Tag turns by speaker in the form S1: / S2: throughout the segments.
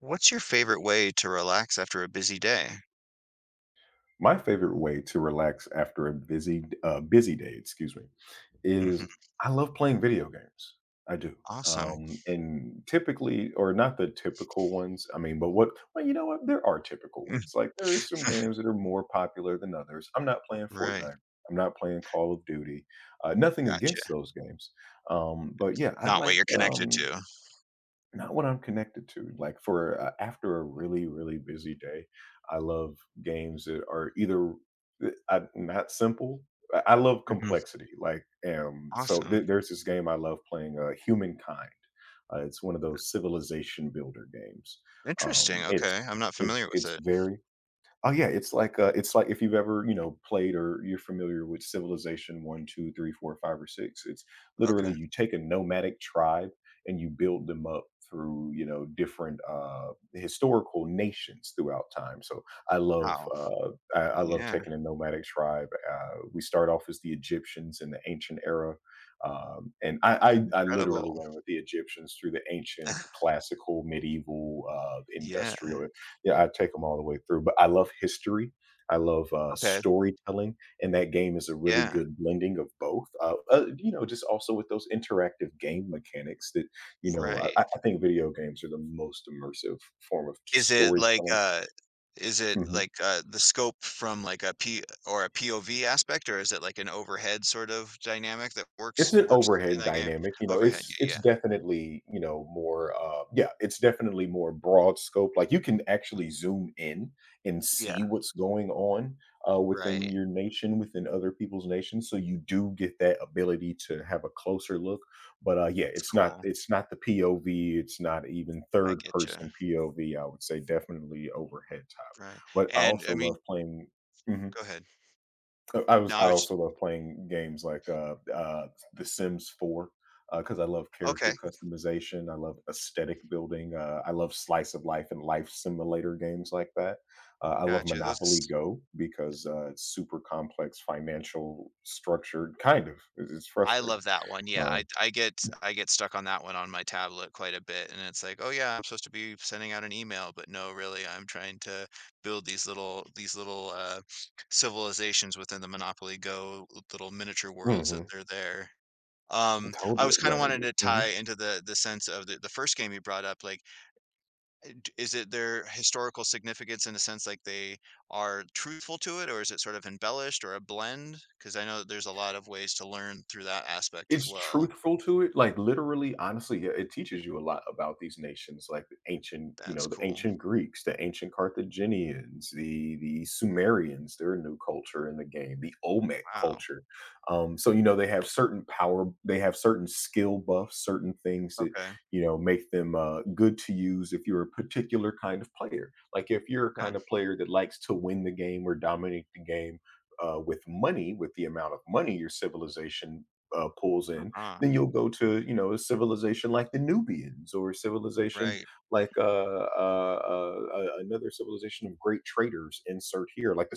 S1: What's your favorite way to relax after a busy day?
S2: My favorite way to relax after a busy day, excuse me,
S1: Mhm,
S2: is I love playing video games. I do.
S1: awesome.
S2: And typically, or not the typical ones. I mean, but what? Well, you know what? There are typical
S1: Mm,
S2: ones. Like there are some games that are more popular than others. I'm not playing
S1: right,
S2: Fortnite. I'm not playing Call of Duty. Nothing against
S1: gotcha.
S2: those games, but yeah, I
S1: Not what
S2: like
S1: you're connected to.
S2: not what I'm connected to. Like for a after a really, really busy day, I love games that are either not simple. I love
S1: Mhm,
S2: complexity. Like,
S1: awesome.
S2: there's this game I love playing, Humankind. It's one of those civilization builder games.
S1: Interesting,
S2: It's
S1: okay, I'm not
S2: it's
S1: familiar with
S2: it's
S1: it.
S2: very— Oh yeah, it's like if you've ever, you know, played or you're familiar with Civilization one, two, three, four, five, or 6, it's
S1: Okay,
S2: literally you take a nomadic tribe and you build them up through, you know, different historical nations throughout time. So I love
S1: wow.
S2: I love
S1: Yeah,
S2: taking a nomadic tribe. We start off as the Egyptians in the ancient era. I
S1: incredible.
S2: literally went with the Egyptians through the ancient, classical, medieval,
S1: Yeah,
S2: industrial— yeah, I take them all the way through, but I love history. I love,
S1: okay,
S2: storytelling, and that game is a really
S1: yeah,
S2: good blending of both. You know, just also with those interactive game mechanics that, you know, I
S1: right.
S2: I I think video games are the most immersive form of
S1: Is it like,
S2: storytelling.
S1: uh is it
S2: Mhm.
S1: like, the scope from like a P or a POV aspect, or is it like an overhead sort of dynamic that works
S2: It's an
S1: works in
S2: overhead
S1: that game?
S2: dynamic, you know,
S1: Overhead,
S2: it's
S1: yeah,
S2: it's
S1: yeah.
S2: definitely, you know, more, yeah, it's definitely more broad scope, like, you can actually zoom in and see
S1: Yeah,
S2: what's going on, within
S1: right.
S2: your nation, within other people's nations, so you do get that ability to have a closer look, but, yeah,
S1: That's cool.
S2: it's not the POV, it's not even
S1: I
S2: third
S1: get you.
S2: person POV, I would say definitely overhead type.
S1: Right,
S2: But I
S1: and
S2: also
S1: I mean
S2: love playing— Mhm.
S1: go ahead. No,
S2: I
S1: I was just
S2: also love playing games like, The Sims 4, because I love
S1: okay,
S2: character customization, I love aesthetic building, I love slice of life and life simulator games like that. I love
S1: gotcha, those
S2: Monopoly Go because, it's super complex financial structured kind of, it's
S1: I
S2: frustrating.
S1: love that one, yeah, I
S2: Um,
S1: I get I get stuck on that one on my tablet quite a bit, and it's like, "Oh, yeah, I'm supposed to be sending out an email," but no, really, I'm trying to build these little, civilizations within the Monopoly Go little miniature worlds that
S2: mhm,
S1: they're there. I
S2: totally,
S1: was kinda
S2: like,
S1: wanting to tie
S2: mhm.
S1: into the sense of the first game you brought up, like, d is it their historical significance in a sense like they are truthful to it, or is it sort of embellished or a blend? Because I know that there's a lot of ways to learn through that aspect as
S2: It's
S1: well.
S2: truthful to it, like, literally, honestly, yeah, it teaches you a lot about these nations, like the ancient, you know,
S1: That's
S2: the
S1: cool.
S2: ancient Greeks, the ancient Carthaginians, the Sumerians, their new culture in the game, the Olmec
S1: Wow.
S2: culture. So, you know, they have certain power, they have certain skill buffs, certain things that,
S1: Okay,
S2: you know, make them good to use if you're a particular kind of player. Like if you're a
S1: okay.
S2: kind of player that likes to win the game or dominate the game, with money, with the amount of money your civilization pulls in,
S1: Uh-huh.
S2: then you'll go to you know a civilization like the Nubians or a civilization
S1: Right.
S2: like another civilization of great traders. Insert here like the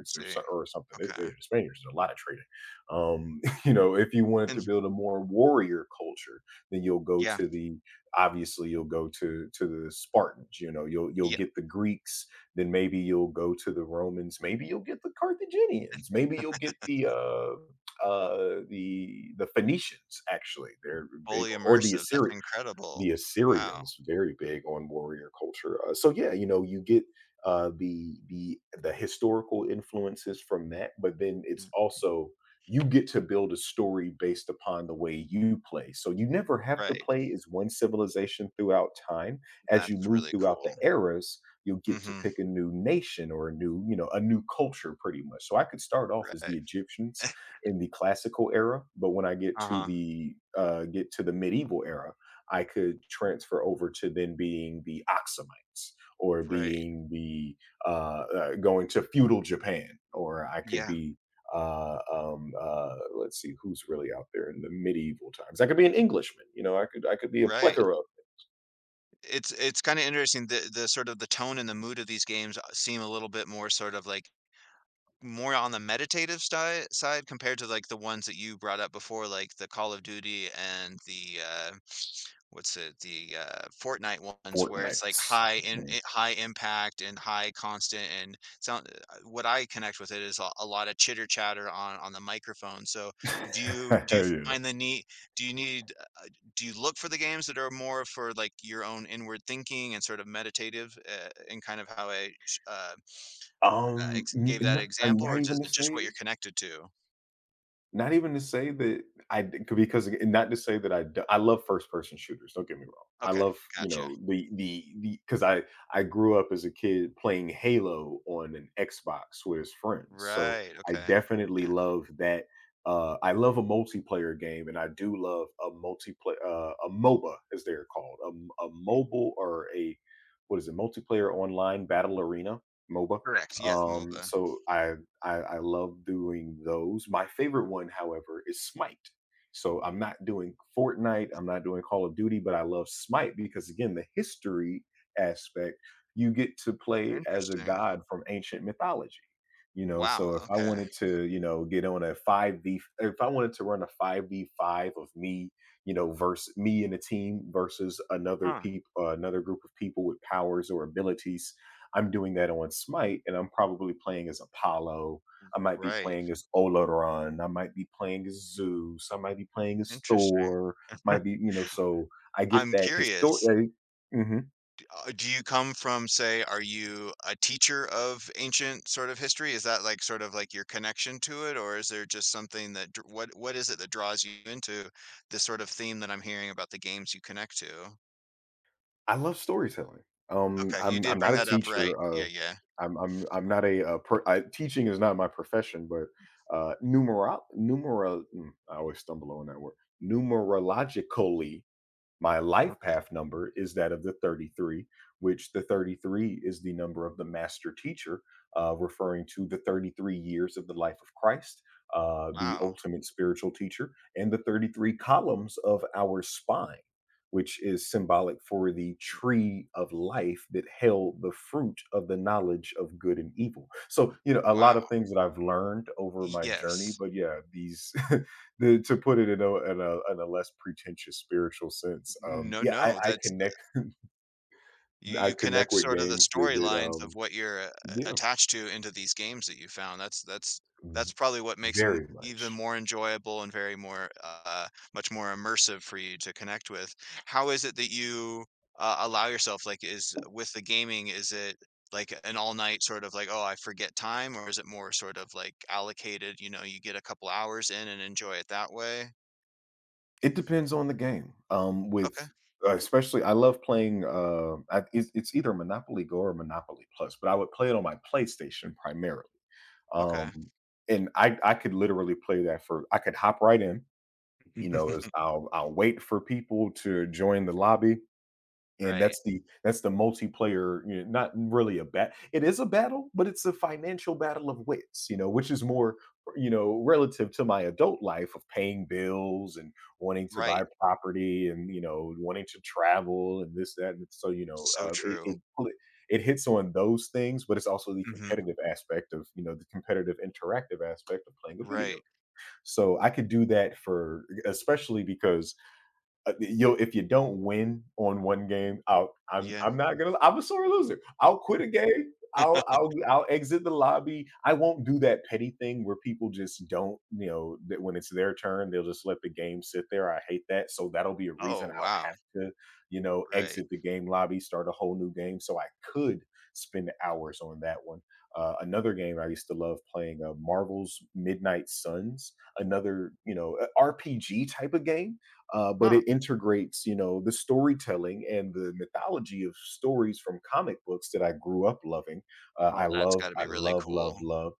S1: I
S2: or
S1: see.
S2: or something.
S1: Okay.
S2: The Spaniards did a lot of trading. You know, if you wanted
S1: And
S2: to build a more warrior culture, then you'll go
S1: yeah,
S2: to the— obviously you'll go to the Spartans. You know, you'll
S1: yeah,
S2: get the Greeks. Then maybe you'll go to the Romans. Maybe you'll get the Carthaginians. Maybe you'll get the Phoenicians actually. They're big,
S1: fully
S2: or the
S1: immersive. That's
S2: Assyrians—
S1: incredible.
S2: the
S1: Wow.
S2: Assyrians very big on warrior culture. So yeah, you know, you get the historical influences from that, but then it's
S1: Mm,
S2: also— you get to build a story based upon the way you play. So you never have to
S1: right.
S2: play as one civilization throughout time. As you
S1: That's
S2: move
S1: really
S2: throughout the
S1: cool.
S2: eras, you'll get to
S1: Mhm.
S2: pick a new nation or a new, you know, a new culture pretty much. So I could start off as the
S1: Right.
S2: Egyptians in the classical era, but when I
S1: Uh-huh.
S2: get to the medieval era, I could transfer over to then being the Oxamites or
S1: Right.
S2: being the uh, going to feudal Japan, or I could
S1: Yeah.
S2: be let's see who's really out there in the medieval times. I could be an Englishman, you know. I could be a
S1: Right.
S2: plethora of—
S1: It's kinda interesting, the sort of the tone and the mood of these games, seem a little bit more sort of, like, more on the meditative side compared to, like, the ones that you brought up before, like the Call of Duty and the, what's it? The, Fortnite ones where it's, like,
S2: Fortnites.
S1: high in I high impact and high constant and sound what I connect with it is a lot of chitter chatter on the microphone, so do you do you
S2: Yeah.
S1: find the need do you need do you look for the games that are more for, like, your own inward thinking and sort of meditative, in kind of how I sh
S2: Um,
S1: ex
S2: n-
S1: gave that
S2: n-
S1: example,
S2: Not
S1: or is
S2: even to
S1: it just what you're
S2: say.
S1: connected to?
S2: Not even to say that I, because not to say that I love first person shooters, don't get me wrong. I
S1: Okay,
S2: love, you
S1: gotcha.
S2: know, the because I— I grew up as a kid playing Halo on an Xbox with his friends, so
S1: Right,
S2: I
S1: okay.
S2: definitely
S1: Yeah,
S2: love that, I love a multiplayer game, and I do love a multiplayer a MOBA, as they're called, a mobile or a— what is it? Multiplayer online battle arena, MOBA.
S1: correct, yeah, MOBA.
S2: So I love doing those. My favorite one, however, is Smite. So I'm not doing Fortnite, I'm not doing Call of Duty, but I love Smite because again, the history aspect, you get to play as a
S1: Interesting.
S2: god from ancient mythology. You know, so
S1: Wow,
S2: if I
S1: okay.
S2: wanted to, you know, get on a 5v, if I wanted to run a 5v5 of me, you know, versus me and a team versus another
S1: Huh,
S2: people, another group of people with powers or abilities, I'm doing that on Smite, and I'm probably playing as Apollo. I might be
S1: right,
S2: playing as Olaron. I might be playing as Zeus. I might be playing as
S1: interesting.
S2: Thor. Might be, you know, so I get
S1: I'm
S2: that
S1: curious.
S2: historic. Mhm.
S1: Do you come from, say, are you a teacher of ancient sort of history? Is that like sort of like your connection to it, or is there just something that what is it that draws you into this sort of theme that I'm hearing about the games you connect to?
S2: I love storytelling.
S1: Okay, you
S2: I'm
S1: did bring
S2: not a
S1: that up,
S2: teacher.
S1: right? Yeah, yeah.
S2: I'm not a, per I teaching is not my profession, but, I always stumble on that word. Numerologically— my life
S1: Okay.
S2: path number is that of the 33, which the 33 is the number of the master teacher, referring to the 33 years of the life of Christ, the
S1: Wow.
S2: ultimate spiritual teacher, and the 33 columns of our spine, which is symbolic for the tree of life that held the fruit of the knowledge of good and evil. So, you know, a lot
S1: Wow.
S2: of things that I've learned over my journey,
S1: Yes.
S2: but yeah, these— The to put it in a less pretentious spiritual sense,
S1: No,
S2: yeah,
S1: no.
S2: I
S1: That's
S2: connect—
S1: you
S2: I
S1: you
S2: connect
S1: connect
S2: with
S1: sort of the
S2: games that
S1: storylines of what you're a
S2: yeah,
S1: attached to into these games that you found.
S2: v
S1: That's probably what makes them
S2: very
S1: even
S2: much.
S1: more enjoyable and very more, much more immersive for you to connect with. How is it that you, allow yourself, like, is with the gaming, is it like an all night sort of like, "Oh, I forget time," or is it more sort of like allocated, you know, you get a couple hours in and enjoy it that way?
S2: It depends on the game. With
S1: Okay,
S2: Especially, I love playing. It's either Monopoly Go or Monopoly Plus, but I would play it on my PlayStation primarily.
S1: okay.
S2: Um, and I could literally play that for— I could hop right in. You know, as I'll wait for people to join the lobby, and
S1: Right,
S2: that's the— that's the multiplayer, you know, not really a bat it is a battle, but it's a financial battle of wits, you know, which is more, you know, relative to my adult life of paying bills and wanting to buy
S1: right.
S2: property and, you know, wanting to travel and this, that, and so, you know,
S1: So true.
S2: it it hits on those things, but it's also the
S1: Mhm.
S2: competitive aspect of, you know, the competitive interactive aspect of playing a video.
S1: Right.
S2: So I could do that for— especially because if you don't win on one game,
S1: Yeah.
S2: I'm not gonna. I'm a sore loser. I'll quit a game. I'll exit the lobby. I won't do that petty thing where people just don't. You know, that when it's their turn, they'll just let the game sit there. I hate that. So that'll be a
S1: Oh,
S2: reason I'll
S1: wow.
S2: have to, you know,
S1: Right.
S2: exit the game lobby, start a whole new game. So I could spend hours on that one. Another game I used to love playing, Marvel's Midnight Suns. Another, you know, a RPG type of game but
S1: Huh.
S2: it integrates, you know, the storytelling and the mythology of stories from comic books that I grew up loving.
S1: Oh, that's gotta
S2: I
S1: be really
S2: love, love,
S1: cool.
S2: love.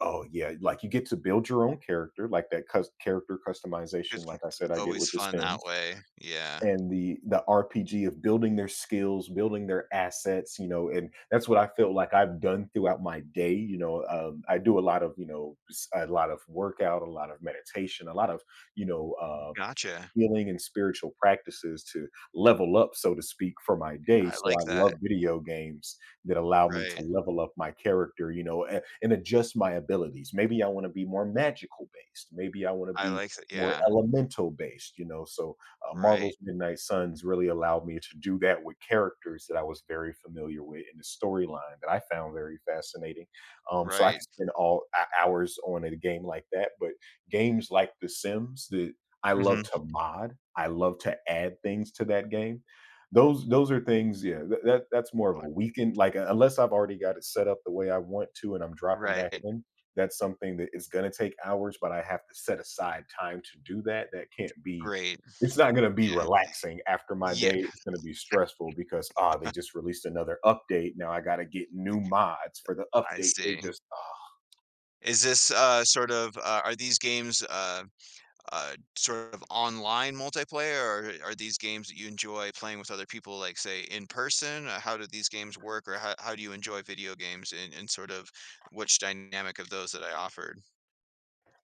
S2: Oh yeah, like you get to build your own character, like that character customization.
S1: It's
S2: Like I said, I get
S1: always
S2: with The
S1: fun that
S2: Sims
S1: way. Yeah.
S2: and the RPG of building their skills, building their assets. You know, and that's what I feel like I've done throughout my day. You know, I do a lot of, you know, a lot of workout, a lot of meditation, a lot of you know uh,
S1: Gotcha.
S2: healing and spiritual practices to level up, so to speak, for my day.
S1: Yeah, I
S2: So
S1: like
S2: I
S1: that.
S2: love video games that allow me to
S1: Right.
S2: level up my character, you know, and, adjust my abilities. Maybe I want to be more magical based. Maybe I want to
S1: I
S2: be
S1: like that
S2: more
S1: yeah.
S2: elemental based, you know. So
S1: Right.
S2: Marvel's Midnight Suns really allowed me to do that with characters that I was very familiar with in the storyline that I found very fascinating. So I could
S1: Right.
S2: spend hours on a game like that. But games like The Sims, the I love
S1: Mhm.
S2: to mod. I love to add things to that game. Those are things, yeah, that that's more of
S1: Uh,
S2: a weekend like, unless I've already got it set up the way I want to and I'm dropping back
S1: right.
S2: in, that's something that is gonna take hours, but I have to set aside time to do that. That can't be
S1: Great.
S2: It's not gonna be
S1: Yeah.
S2: relaxing after my
S1: Yeah.
S2: day. It's gonna be stressful because, ah, they just released another update. Now I gotta get new mods for the
S1: I
S2: update. They
S1: see.
S2: just
S1: Is this, sort of, are these games, sort of online multiplayer, or are these games that you enjoy playing with other people, like say in person? How do these games work, or how do you enjoy video games and sort of which dynamic of those that I offered?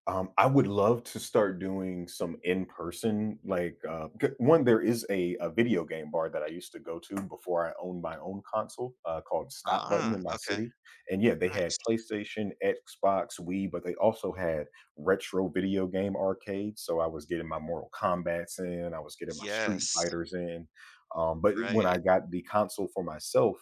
S2: I would love to start doing some in person, like one. There is a video game bar that I used to go to before I owned my own console called Stop Button
S1: Ah,
S2: in my
S1: okay,
S2: city, and yeah, they had
S1: nice.
S2: PlayStation, Xbox, Wii, but they also had retro video game arcades. So I was getting my Mortal Kombat's in, I was getting my Street
S1: Yes,
S2: Fighters in, but when I
S1: right.
S2: got the console for myself,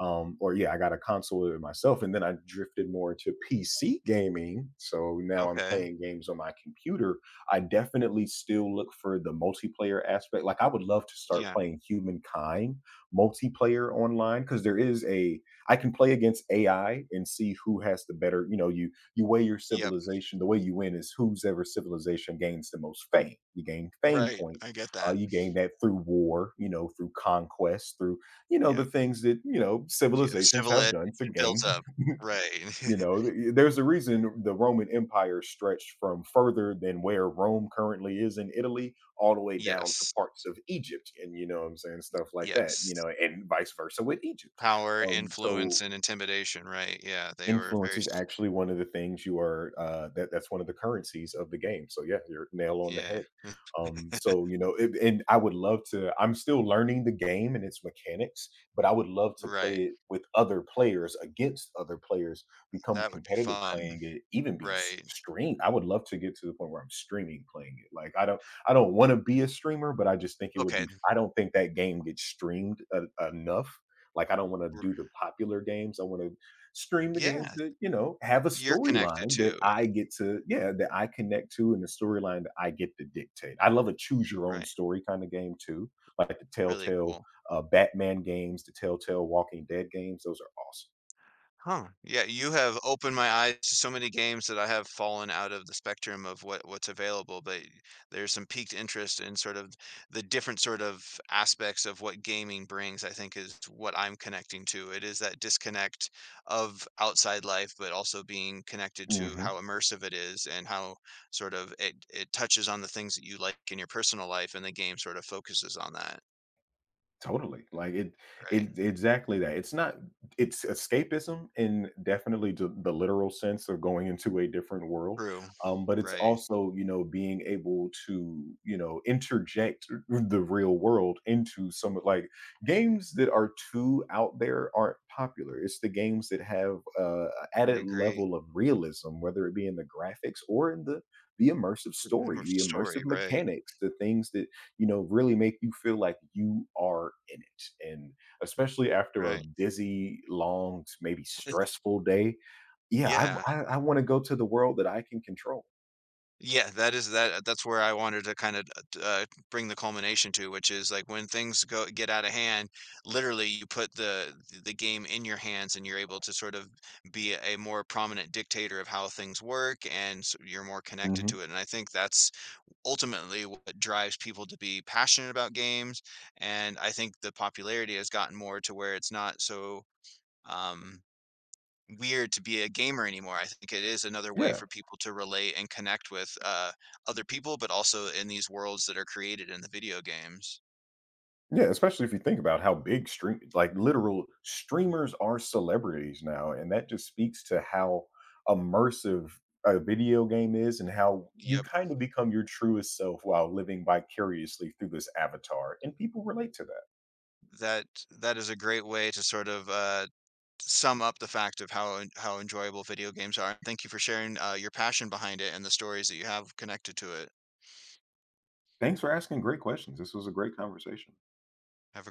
S2: or yeah, I got a console with it myself, and then I drifted more to PC gaming. So now I'm
S1: Okay.
S2: playing games on my computer. I definitely still look for the multiplayer aspect. Like I would love to start
S1: Yeah.
S2: playing Humankind multiplayer online because there is a I can play against AI and see who has the better. You know, you weigh your
S1: Yep.
S2: civilization. The way you win is whose ever civilization gains the most fame. You gain fame
S1: Right.
S2: points.
S1: I get that.
S2: You gain that through war. You know, through conquest, through you know the
S1: Yep.
S2: things that you know
S1: Yeah.
S2: civilizations have
S1: Civilization
S2: done to gain
S1: builds up. Right.
S2: you know there's a reason the Roman Empire stretched from further than where Rome currently is in Italy all the way down to
S1: Yes.
S2: parts of Egypt, and you know what I'm saying, stuff like that,
S1: Yes.
S2: you know, and vice versa with Egypt.
S1: Power,
S2: um so
S1: influence, and intimidation. Right. Yeah. They were
S2: Influence
S1: very,
S2: is
S1: s-
S2: actually one of the things you are, that's one of the currencies of the game. So yeah, you're nail on the
S1: yeah.
S2: head. You know, it, and I would love to, I'm still learning the game and its mechanics, but I would love to play
S1: Right.
S2: it with other players against other players, become
S1: That would be
S2: competitive
S1: fun,
S2: playing it, even be
S1: right.
S2: streamed. I would love to get to the point where I'm streaming playing it. I don't want to be a streamer, but I just think it would
S1: Okay,
S2: be, I don't think that game gets streamed enough. Like I don't want to
S1: r
S2: do the popular games. I want to stream the games
S1: yeah,
S2: that, you know, have a
S1: you're connected
S2: storyline that
S1: too,
S2: I get to yeah, that I connect to, and the storyline that I get to dictate. I love a choose your own
S1: right,
S2: story kind of game too, like the
S1: really
S2: Telltale
S1: cool.
S2: Batman games, the Telltale Walking Dead games. Those are awesome.
S1: Huh, yeah, you have opened my eyes to so many games that I have fallen out of the spectrum of what what's available, but there's some piqued interest in sort of the different sort of aspects of what gaming brings, I think is what I'm connecting to. It is that disconnect of outside life, but also being connected to
S2: Mhm.
S1: how immersive it is and how sort of it it touches on the things that you like in your personal life, and the game sort of focuses on that,
S2: Totally.
S1: right?
S2: It exactly that. It's not It's escapism in definitely the literal sense of going into a different world.
S1: True,
S2: But it's
S1: right,
S2: also, you know, being able to, you know, interject the real world into some of like games that are too out there aren't popular. It's the games that have
S1: I
S2: added
S1: agree.
S2: level of realism, whether it be in the graphics or in the immersive story,
S1: Mm,
S2: the
S1: story,
S2: immersive
S1: right,
S2: mechanics, the things that you know, really make you feel like you are in it. And especially after a
S1: right.
S2: busy, long, maybe
S1: It's
S2: stressful day, yeah, I
S1: yeah.
S2: I want to go to the world that I can control.
S1: Yeah, that is that that's where I wanted to kinda, uh, bring the culmination to, which is, like, when things go get out of hand, literally, you put the game in your hands, and you're able to sort of be a more prominent dictator of how things work, and s you're more connected
S2: hmm
S1: to it, and I think that's ultimately what drives people to be passionate about games, and I think the popularity has gotten more to where it's not so, um weird to be a gamer anymore. I think it is another way
S2: Yeah,
S1: for people to relate and connect with, other people, but also in these worlds that are created in the video games.
S2: yeah. Especially if you think about how big stream, like literal streamers are celebrities now, and that just speaks to how immersive a video game is, and how you
S1: Yep,
S2: kind of become your truest self while living vicariously through this avatar, and people relate to that.
S1: that that is a great way to sort of, sum up the fact of how enjoyable video games are. Thank you for sharing, your passion behind it and the stories that you have connected to it.
S2: Thanks for asking great questions. This was a great conversation.
S1: Have a